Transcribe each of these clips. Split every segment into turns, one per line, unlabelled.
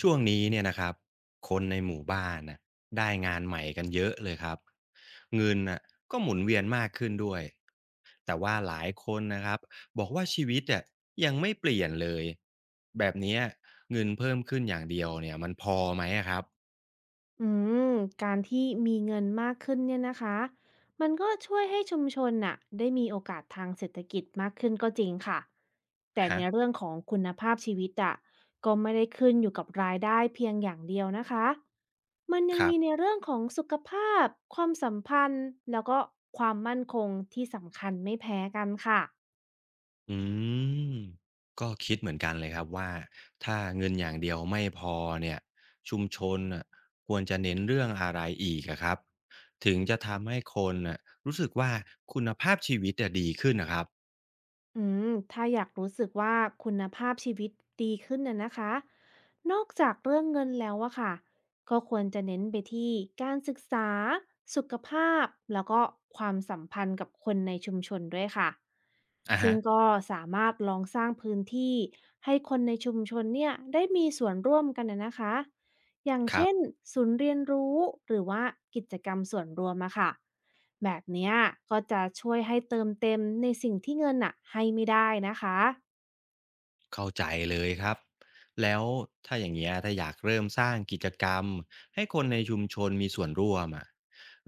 ช่วงนี้เนี่ยนะครับคนในหมู่บ้านน่ะได้งานใหม่กันเยอะเลยครับเงินน่ะก็หมุนเวียนมากขึ้นด้วยแต่ว่าหลายคนนะครับบอกว่าชีวิตอ่ะยังไม่เปลี่ยนเลยแบบเนี้ยเงินเพิ่มขึ้นอย่างเดียวเนี่ยมันพอไหมอะครับ
อืมการที่มีเงินมากขึ้นเนี่ยนะคะมันก็ช่วยให้ชุมชนน่ะได้มีโอกาสทางเศรษฐกิจมากขึ้นก็จริงค่ะแต่
ฮะ
ในเรื่องของคุณภาพชีวิตอะก็ไม่ได้ขึ้นอยู่กับรายได้เพียงอย่างเดียวนะคะมันยัง
ครั
มีใน
บ
เรื่องของสุขภาพความสัมพันธ์แล้วก็ความมั่นคงที่สำคัญไม่แพ้กันค่ะ
อืมก็คิดเหมือนกันเลยครับว่าถ้าเงินอย่างเดียวไม่พอเนี่ยชุมชนน่ะควรจะเน้นเรื่องอะไรอีกอะครับถึงจะทำให้คนน่ะรู้สึกว่าคุณภาพชีวิตอะดีขึ้นนะครับ
อืถ้าอยากรู้สึกว่าคุณภาพชีวิตดีขึ้นน่ะนะคะนอกจากเรื่องเงินแล้วอะค่ะก็ควรจะเน้นไปที่การศึกษาสุขภาพแล้วก็ความสัมพันธ์กับคนในชุมชนด้วยค่ะ
อะ
ซึ่ง
ฮะ
ก็สามารถลองสร้างพื้นที่ให้คนในชุมชนเนี่ยได้มีส่วนร่วมกันนะนะคะ อย่าง
ครั
เช่น
บ
ศูนย์เรียนรู้หรือว่ากิจกรรมส่วนรวมอะค่ะแบบเนี้ยก็จะช่วยให้เติมเต็มในสิ่งที่เงินอะให้ไม่ได้นะคะ
เข้าใจเลยครับแล้วถ้าอย่างเงี้ยถ้าอยากเริ่มสร้างกิจกรรมให้คนในชุมชนมีส่วนร่วมอะ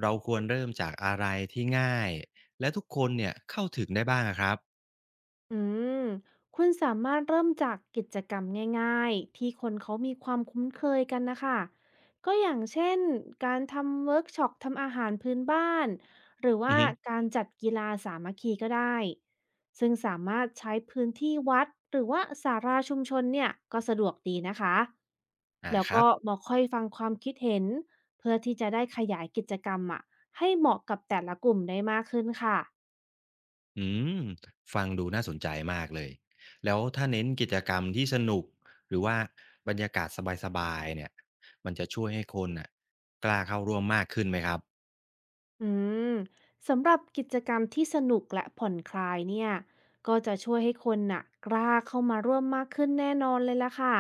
เราควรเริ่มจากอะไรที่ง่ายและทุกคนเนี่ยเข้าถึงได้บ้างอะครับ
อืมคุณสามารถเริ่มจากกิจกรรมง่ายๆที่คนเขามีความคุ้นเคยกันนะคะก็อย่างเช่นการทำเวิร์กช็อปทำอาหารพื้นบ้านหรือ
อื
ว่า
อฮึ
การจัดกีฬาสามัคคีก็ได้ซึ่งสามารถใช้พื้นที่วัดหรือว่าศาลาชุมชนเนี่ยก็สะดวกดีนะคะ
อ่า
แล้ว
ครั
ก็
บ
มาค่อยฟังความคิดเห็นเพื่อที่จะได้ขยายกิจกรรมอ่ะให้เหมาะกับแต่ละกลุ่มได้มากขึ้นค่ะ
อืมฟังดูน่าสนใจมากเลยแล้วถ้าเน้นกิจกรรมที่สนุกหรือว่าบรรยากาศสบายๆเนี่ยมันจะช่วยให้คนน่ะกล้าเข้าร่วมมากขึ้นไหมครับ
อืมสำหรับกิจกรรมที่สนุกและผ่อนคลายเนี่ยก็จะช่วยให้คนน่ะกล้าเข้ามาร่วมมากขึ้นแน่นอนเลยล่ะค่ะ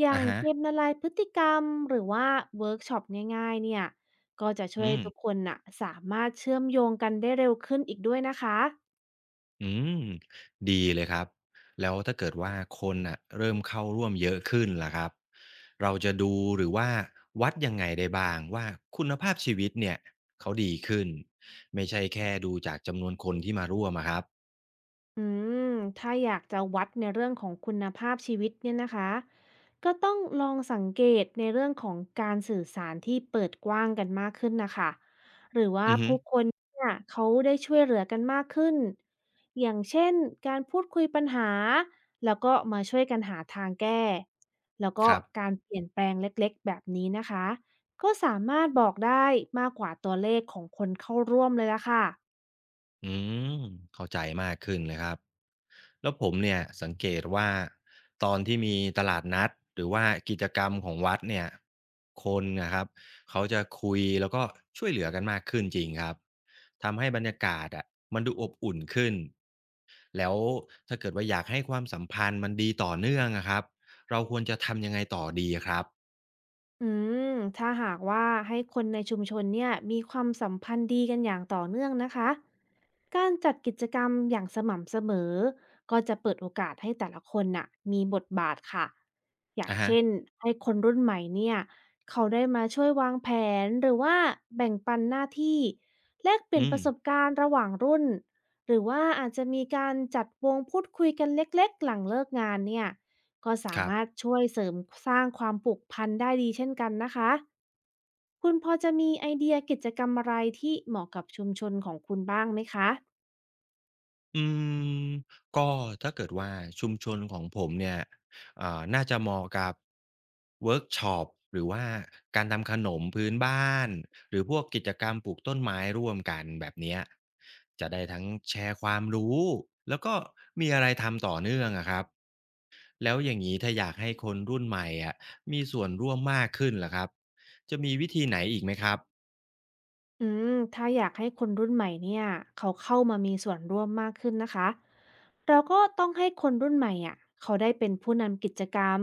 อย่า
อะ
ง
ฮะ
เกมละลายพฤติกรรมหรือว่าเวิร์กช็อปง่ายๆเนี่ยก็จะช่วย
อื
ให้
ม
ทุกคนน่ะสามารถเชื่อมโยงกันได้เร็วขึ้นอีกด้วยนะคะ
อืมดีเลยครับแล้วถ้าเกิดว่าคนน่ะเริ่มเข้าร่วมเยอะขึ้นล่ะครับเราจะดูหรือว่าวัดยังไงได้บ้างว่าคุณภาพชีวิตเนี่ยเขาดีขึ้นไม่ใช่แค่ดูจากจำนวนคนที่มาร่วมอะครับ
อืมถ้าอยากจะวัดในเรื่องของคุณภาพชีวิตเนี่ยนะคะก็ต้องลองสังเกตในเรื่องของการสื่อสารที่เปิดกว้างกันมากขึ้นนะคะ
อือฮึ
เนี่ยเขาได้ช่วยเหลือกันมากขึ้น อย่างเช่นการพูดคุยปัญหาแล้วก็มาช่วยกันหาทางแก้แล้วก็
ครับ
การเปลี่ยนแปลงเล็กๆแบบนี้นะคะก็สามารถบอกได้มากกว่าตัวเลขของคนเข้าร่วมเลยละค่ะ
อืมเข้าใจมากขึ้นเลยครับแล้วผมเนี่ยสังเกตว่าตอนที่มีตลาดนัดหรือว่ากิจกรรมของวัดเนี่ยคนนะครับเขาจะคุยแล้วก็ช่วยเหลือกันมากขึ้นจริงครับทำให้บรรยากาศอ่ะมันดูอบอุ่นขึ้นแล้วถ้าเกิดว่าอยากให้ความสัมพันธ์มันดีต่อเนื่องอะครับเราควรจะทำยังไงต่อดีครับ
อืถ้าหากว่าให้คนในชุมชนเนี่ยมีความสัมพันธ์ดีกันอย่างต่อเนื่องนะคะการจัดกิจกรรมอย่างสม่ำเสมอก็จะเปิดโอกาสให้แต่ละคนน่ะมีบทบาทค่ะอย่าง
อ่ะฮะ
เช่นให้คนรุ่นใหม่เนี่ยเขาได้มาช่วยวางแผนหรือว่าแบ่งปันหน้าที่แลกเปลี่
อื
ยนป
ม
ระสบการณ์ระหว่างรุ่นหรือว่าอาจจะมีการจัดวงพูดคุยกันเล็กๆหลังเลิกงานเนี่ย ก็สา
ครับ
มารถช่วยเสริมสร้างความผูกพันได้ดีเช่นกันนะคะ คุณพอจะมีไอเดียกิจกรรมอะไรที่เหมาะกับชุมชนของคุณบ้างไหมคะ
อืมก็ถ้าเกิดว่าชุมชนของผมเนี่ยอ่าน่าจะเหมาะกับเวิร์กช็อปหรือว่าการทำขนมพื้นบ้านหรือพวกกิจกรรมปลูกต้นไม้ร่วมกันแบบเนี้ยจะได้ทั้งแชร์ความรู้แล้วก็มีอะไรทำต่อเนื่องอะครับแล้วอย่างนี้ถ้าอยากให้คนรุ่นใหม่อะมีส่วนร่วมมากขึ้นล่ะครับจะมีวิธีไหนอีกไหมครับ
อืถ้าอยากให้คนรุ่นใหม่เนี่ยเขาเข้ามามีส่วนร่วมมากขึ้นนะคะเราก็ต้องให้คนรุ่นใหม่อ่ะเขาได้เป็นผู้นำกิจกรรม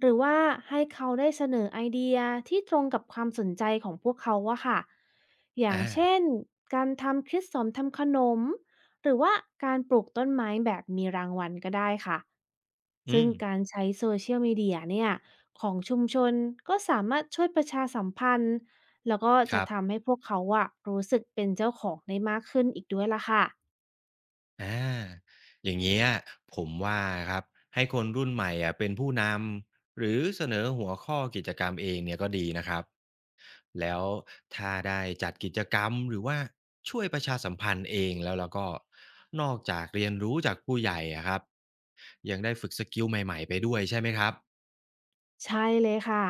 หรือว่าให้เขาได้เสนอไอเดียที่ตรงกับความสนใจของพวกเขาอะค่ะอย่าง
อา
เช่นการทำคริสสอนทำขนมหรือว่าการปลูกต้นไม้แบบมีรางวัลก็ได้ค่ะ
อื
ซึ่ง
ม
การใช้โซเชียลมีเดียเนี่ยของชุมชนก็สามารถช่วยประชาสัมพันธ์ แล้วก็
ค
จะ
รับ
ทำให้พวกเขาอะรู้สึกเป็นเจ้าของได้มากขึ้นอีกด้วยล่ะค่ะ
อาอย่างเงี้ยผมว่าครับให้คนรุ่นใหม่อะเป็นผู้นำหรือเสนอหัวข้อกิจกรรมเองเนี่ยก็ดีนะครับแล้วถ้าได้จัดกิจกรรมหรือว่าช่วยประชาสัมพันธ์เองแล้วแล้วก็นอกจากเรียนรู้จากผู้ใหญ่อะครับยังได้ฝึกสกิลใหม่ๆไปด้วยใช่ไหมครับ
ใช่เลยค่ะ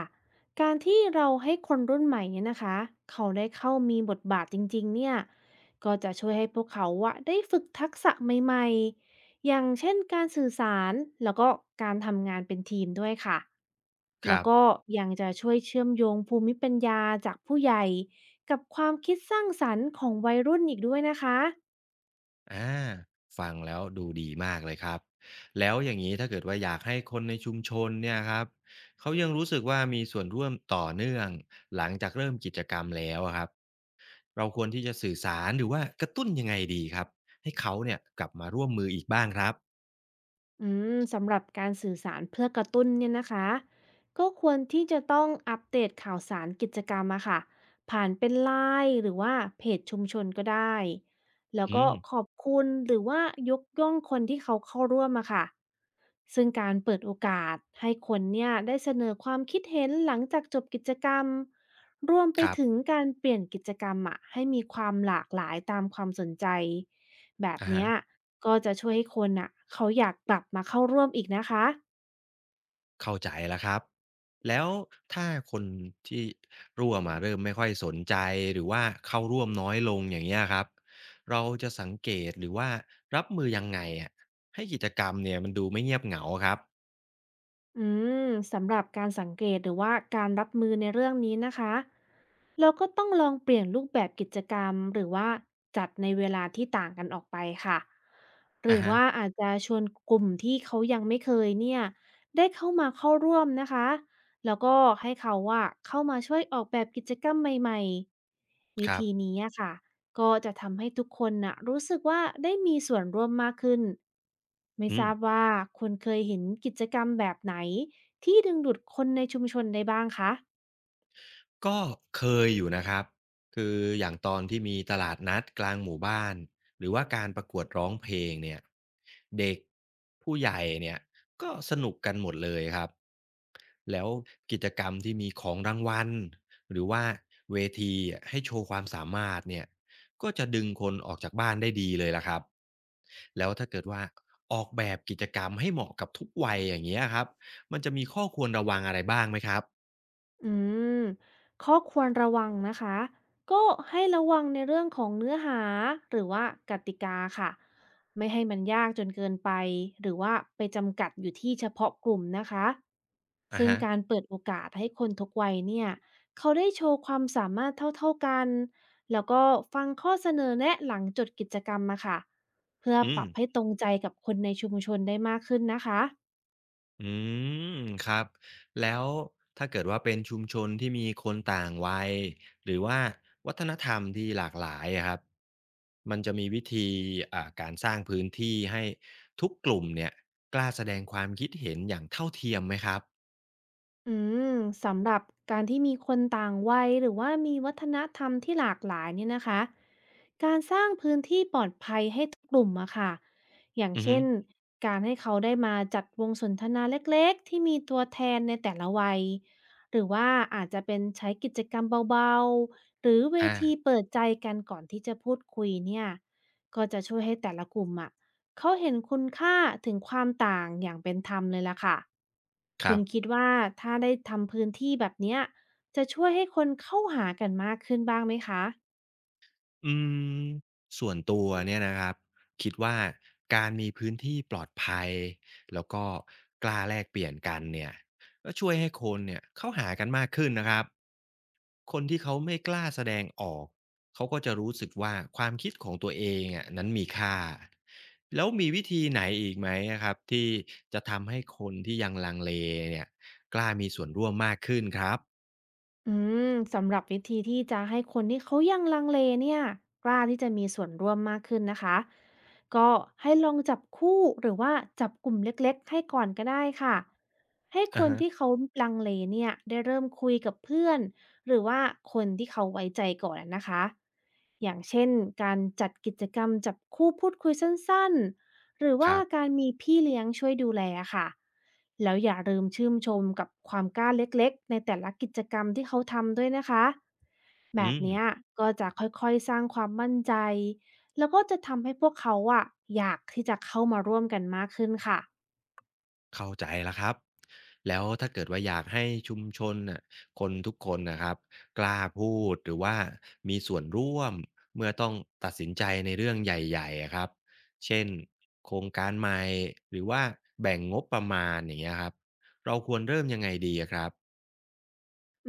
การที่เราให้คนรุ่นใหม่เนี่ยนะคะเขาได้เข้ามีบทบาทจริงๆเนี่ยก็จะช่วยให้พวกเขาอะได้ฝึกทักษะใหม่ๆอย่างเช่นการสื่อสารแล้วก็การทำงานเป็นทีมด้วยค่ะ
ค
แล้ว
รับ
ก็ยังจะช่วยเชื่อมโยงภูมิปัญญาจากผู้ใหญ่กับความคิดสร้างสรรค์ของวัยรุ่นอีกด้วยนะคะ
อาฟังแล้วดูดีมากเลยครับแล้วอย่างงี้ถ้าเกิดว่าอยากให้คนในชุมชนเนี่ยครับเขายังรู้สึกว่ามีส่วนร่วมต่อเนื่องหลังจากเริ่มกิจกรรมแล้วอะครับเราควรที่จะสื่อสารหรือว่ากระตุ้นยังไงดีครับให้เขาเนี่ยกลับมาร่วมมืออีกบ้างครับ
อืสำหรับการสื่อสารเพื่อกระตุ้นเนี่ยนะคะก็ควรที่จะต้องอัปเดตข่าวสารกิจกรรมอะค่ะผ่านเป็นไลน์หรือว่าเพจชุมชนก็ได้แล้ว
อื
ก็
ม
ขอบคุณหรือว่ายกย่องคนที่เขาเข้าร่วมอะค่ะซึ่งการเปิดโอกาสให้คนเนี่ยได้เสนอความคิดเห็นหลังจากจบกิจกรรม รวมไป
ครั
ถึง
บ
การเปลี่ยนกิจกรรมอะให้มีความหลากหลายตามความสนใจแบบ
อะ
เนี้
ฮะ
ยก็จะช่วยให้คนอ่ะเขาอยากกลับมาเข้าร่วมอีกนะคะ
เข้าใจแล้วครับแล้วถ้าคนที่ร่วมอเริ่มไม่ค่อยสนใจหรือว่าเข้าร่วมน้อยลงอย่างเงี้ยครับเราจะสังเกตหรือว่ารับมือยังไงอะให้กิจกรรมเนี่ยมันดูไม่เงียบเหงาครับ
อืมสำหรับการสังเกตหรือว่าการรับมือในเรื่องนี้นะคะ เราก็ต้องลองเปลี่ยนรูปแบบกิจกรรมหรือว่าจัดในเวลาที่ต่างกันออกไปค่ะห
อะ
รือ
ฮะ
ว่าอาจจะชวนกลุ่มที่เขายังไม่เคยเนี่ยได้เข้ามาเข้าร่วมนะคะแล้วก็ให้เขาว่าเข้ามาช่วยออกแบบกิจกรรมใหม่ๆวิ
ครั
ธี
บ
นี้อะค่ะก็จะทำให้ทุกคนน่ะรู้สึกว่าได้มีส่วนร่วมมากขึ้นไม่
อื
ท
ม
ราบว่าคุณเคยเห็นกิจกรรมแบบไหนที่ดึงดูดคนในชุมชนได้บ้างคะ
ก็เคยอยู่นะครับคืออย่างตอนที่มีตลาดนัดกลางหมู่บ้านหรือว่าการประกวดร้องเพลงเนี่ยเด็กผู้ใหญ่เนี่ยก็สนุกกันหมดเลยครับแล้วกิจกรรมที่มีของรางวัลหรือว่าเวทีให้โชว์ความสามารถเนี่ยก็จะดึงคนออกจากบ้านได้ดีเลยล่ะครับแล้วถ้าเกิดว่าออกแบบกิจกรรมให้เหมาะกับทุกวัยอย่างเงี้ยครับมันจะมีข้อควรระวังอะไรบ้างไหมครับ
อืมข้อควรระวังนะคะก็ให้ระวังในเรื่องของเนื้อหาหรือว่ากติกาค่ะไม่ให้มันยากจนเกินไปหรือว่าไปจำกัดอยู่ที่เฉพาะกลุ่มนะคะ
อ่ะ
ซึ่ง
ฮะ
การเปิดโอกาสให้คนทุกวัยเนี่ยเขาได้โชว์ความสามารถเท่าๆกันแล้วก็ฟังข้อเสนอแนะหลังจดกิจกรรมมาค่ะเพื่อ
อื
ป
ม
รับให้ตรงใจกับคนในชุมชนได้มากขึ้นนะคะ
อืมครับแล้วถ้าเกิดว่าเป็นชุมชนที่มีคนต่างวัยหรือว่าวัฒนธรรมที่หลากหลายอะครับมันจะมีวิธีการสร้างพื้นที่ให้ทุกกลุ่มเนี่ยกล้าแสดงความคิดเห็นอย่างเท่าเทียมไหมครับ
อืมสำหรับการที่มีคนต่างวัยหรือว่ามีวัฒนธรรมที่หลากหลายเนี่ยนะคะการสร้างพื้นที่ปลอดภัยให้ทุกกลุ่มอะค่ะอย่าง
อือฮึ
เช่นการให้เขาได้มาจัดวงสนทนาเล็กๆที่มีตัวแทนในแต่ละวัยหรือว่าอาจจะเป็นใช้กิจกรรมเบาๆหรือเวที
อา
เปิดใจกันก่อนที่จะพูดคุยเนี่ยก็จะช่วยให้แต่ละกลุ่มอะ เขาเห็นคุณค่าถึงความต่างอย่างเป็นธรรมเลยล่ะค่ะ
ค
คุ
รั
ณ
บ
คิดว่าถ้าได้ทำพื้นที่แบบเนี้ยจะช่วยให้คนเข้าหากันมากขึ้นบ้างไหมคะ
อืมส่วนตัวเนี่ยนะครับคิดว่าการมีพื้นที่ปลอดภัยแล้วก็กล้าแลกเปลี่ยนกันเนี่ยก็ช่วยให้คนเนี่ยเข้าหากันมากขึ้นนะครับ คนที่เขาไม่กล้าแสดงออกเขาก็จะรู้สึกว่าความคิดของตัวเองอะนั้นมีค่าแล้วมีวิธีไหนอีกไหมอะครับที่จะทำให้คนที่ยังลังเลเนี่ยกล้ามีส่วนร่วมมากขึ้นครับ
อืมสำหรับวิธีที่จะให้คนที่เขายังลังเลเนี่ยกล้าที่จะมีส่วนร่วมมากขึ้นนะคะก็ให้ลองจับคู่หรือว่าจับกลุ่มเล็กๆให้ก่อนก็ได้ค่ะให้ค
อะ
น
ฮะ
ที่เขาลังเลเนี่ยได้เริ่มคุยกับเพื่อนหรือว่าคนที่เขาไว้ใจก่อนนะคะอย่างเช่นการจัดกิจกรรมจับคู่พูดคุยสั้นๆ หรือ
ค
ว่า
รั
กา
บ
รมีพี่เลี้ยงช่วยดูแลค่ะแล้วอย่าลืมชื่นชมกับความกล้าเล็กๆในแต่ละกิจกรรมที่เขาทำด้วยนะคะแบ
อื
บ
ม
เนี้ยก็จะค่อยๆสร้างความมั่นใจแล้วก็จะทำให้พวกเขาอะอยากที่จะเข้ามาร่วมกันมากขึ้นค่ะ
เข้าใจแล้วครับแล้วถ้าเกิดว่าอยากให้ชุมชนน่ะคนทุกคนนะครับกล้าพูดหรือว่ามีส่วนร่วมเมื่อต้องตัดสินใจในเรื่องใหญ่ๆอะครับเช่นโครงการใหม่หรือว่าแบ่งงบประมาณอย่างเงี้ยครับเราควรเริ่มยังไงดีอะครับ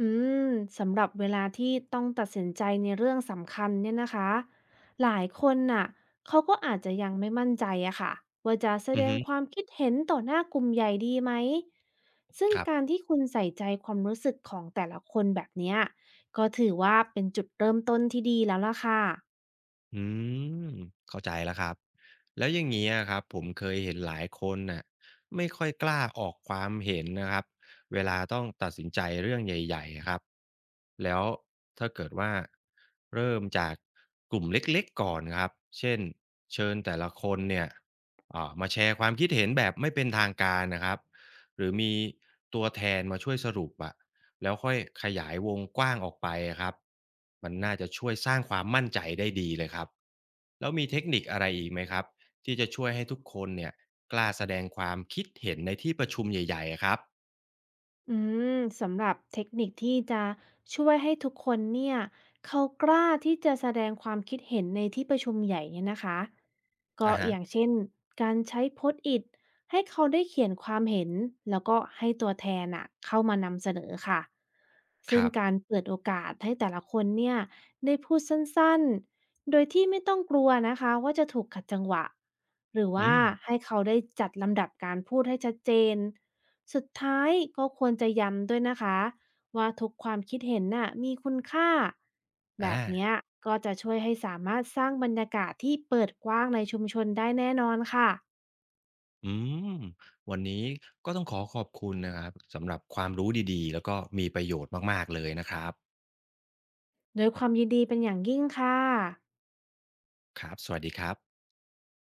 อืมสำหรับเวลาที่ต้องตัดสินใจในเรื่องสำคัญเนี่ยนะคะหลายคนน่ะเขาก็อาจจะยังไม่มั่นใจอะค่ะว่าจะแส
อื
ด
อ
ง
ฮึ
ความคิดเห็นต่อหน้ากลุ่มใหญ่ดีไหมซึ่ง
ครับ
การที่คุณใส่ใจความรู้สึกของแต่ละคนแบบเนี้ยก็ถือว่าเป็นจุดเริ่มต้นที่ดีแล้วล่ะค่ะ
อืมเข้าใจแล้วครับแล้วอย่างนี้อะครับผมเคยเห็นหลายคนน่ะไม่ค่อยกล้าออกความเห็นนะครับเวลาต้องตัดสินใจเรื่องใหญ่ๆครับแล้วถ้าเกิดว่าเริ่มจากกลุ่มเล็กๆก่อนครับเช่นเชิญแต่ละคนเนี่ยมาแชร์ความคิดเห็นแบบไม่เป็นทางการนะครับหรือมีตัวแทนมาช่วยสรุปอะ แล้วค่อยขยายวงกว้างออกไปอะครับมันน่าจะช่วยสร้างความมั่นใจได้ดีเลยครับแล้วมีเทคนิคอะไรอีกไหมครับที่จะช่วยให้ทุกคนเนี่ยกล้าแสดงความคิดเห็นในที่ประชุมใหญ่ๆอะครับ
อืมสำหรับเทคนิคที่จะช่วยให้ทุกคนเนี่ยเขากล้าที่จะแสดงความคิดเห็นในที่ประชุมใหญ่เนี่ยนะคะก็
อะฮะ
อย่างเช่นการใช้โพสต์อิทให้เขาได้เขียนความเห็นแล้วก็ให้ตัวแทนอะเข้ามานำเสนอค่ะ
ค
ซึ่ง
รับ
การเปิดโอกาสให้แต่ละคนเนี่ยได้พูดสั้นๆโดยที่ไม่ต้องกลัวนะคะว่าจะถูกขัดจังหวะหรือ
อื
ว่า
ม
ให้เขาได้จัดลำดับการพูดให้ชัดเจน สุดท้ายก็ควรจะย้ำด้วยนะคะว่าทุกความคิดเห็นน่ะมีคุณค่าแบบ
อา
เนี้ยก็จะช่วยให้สามารถสร้างบรรยากาศที่เปิดกว้างในชุมชนได้แน่นอนค่ะ
อืมวันนี้ก็ต้องขอขอบคุณนะครับสำหรับความรู้ดีๆแล้วก็มีประโยชน์มากๆเลยนะครับ
โดวยความยินดีเป็นอย่างยิ่งค่ะ
ครับสวัสดีครับ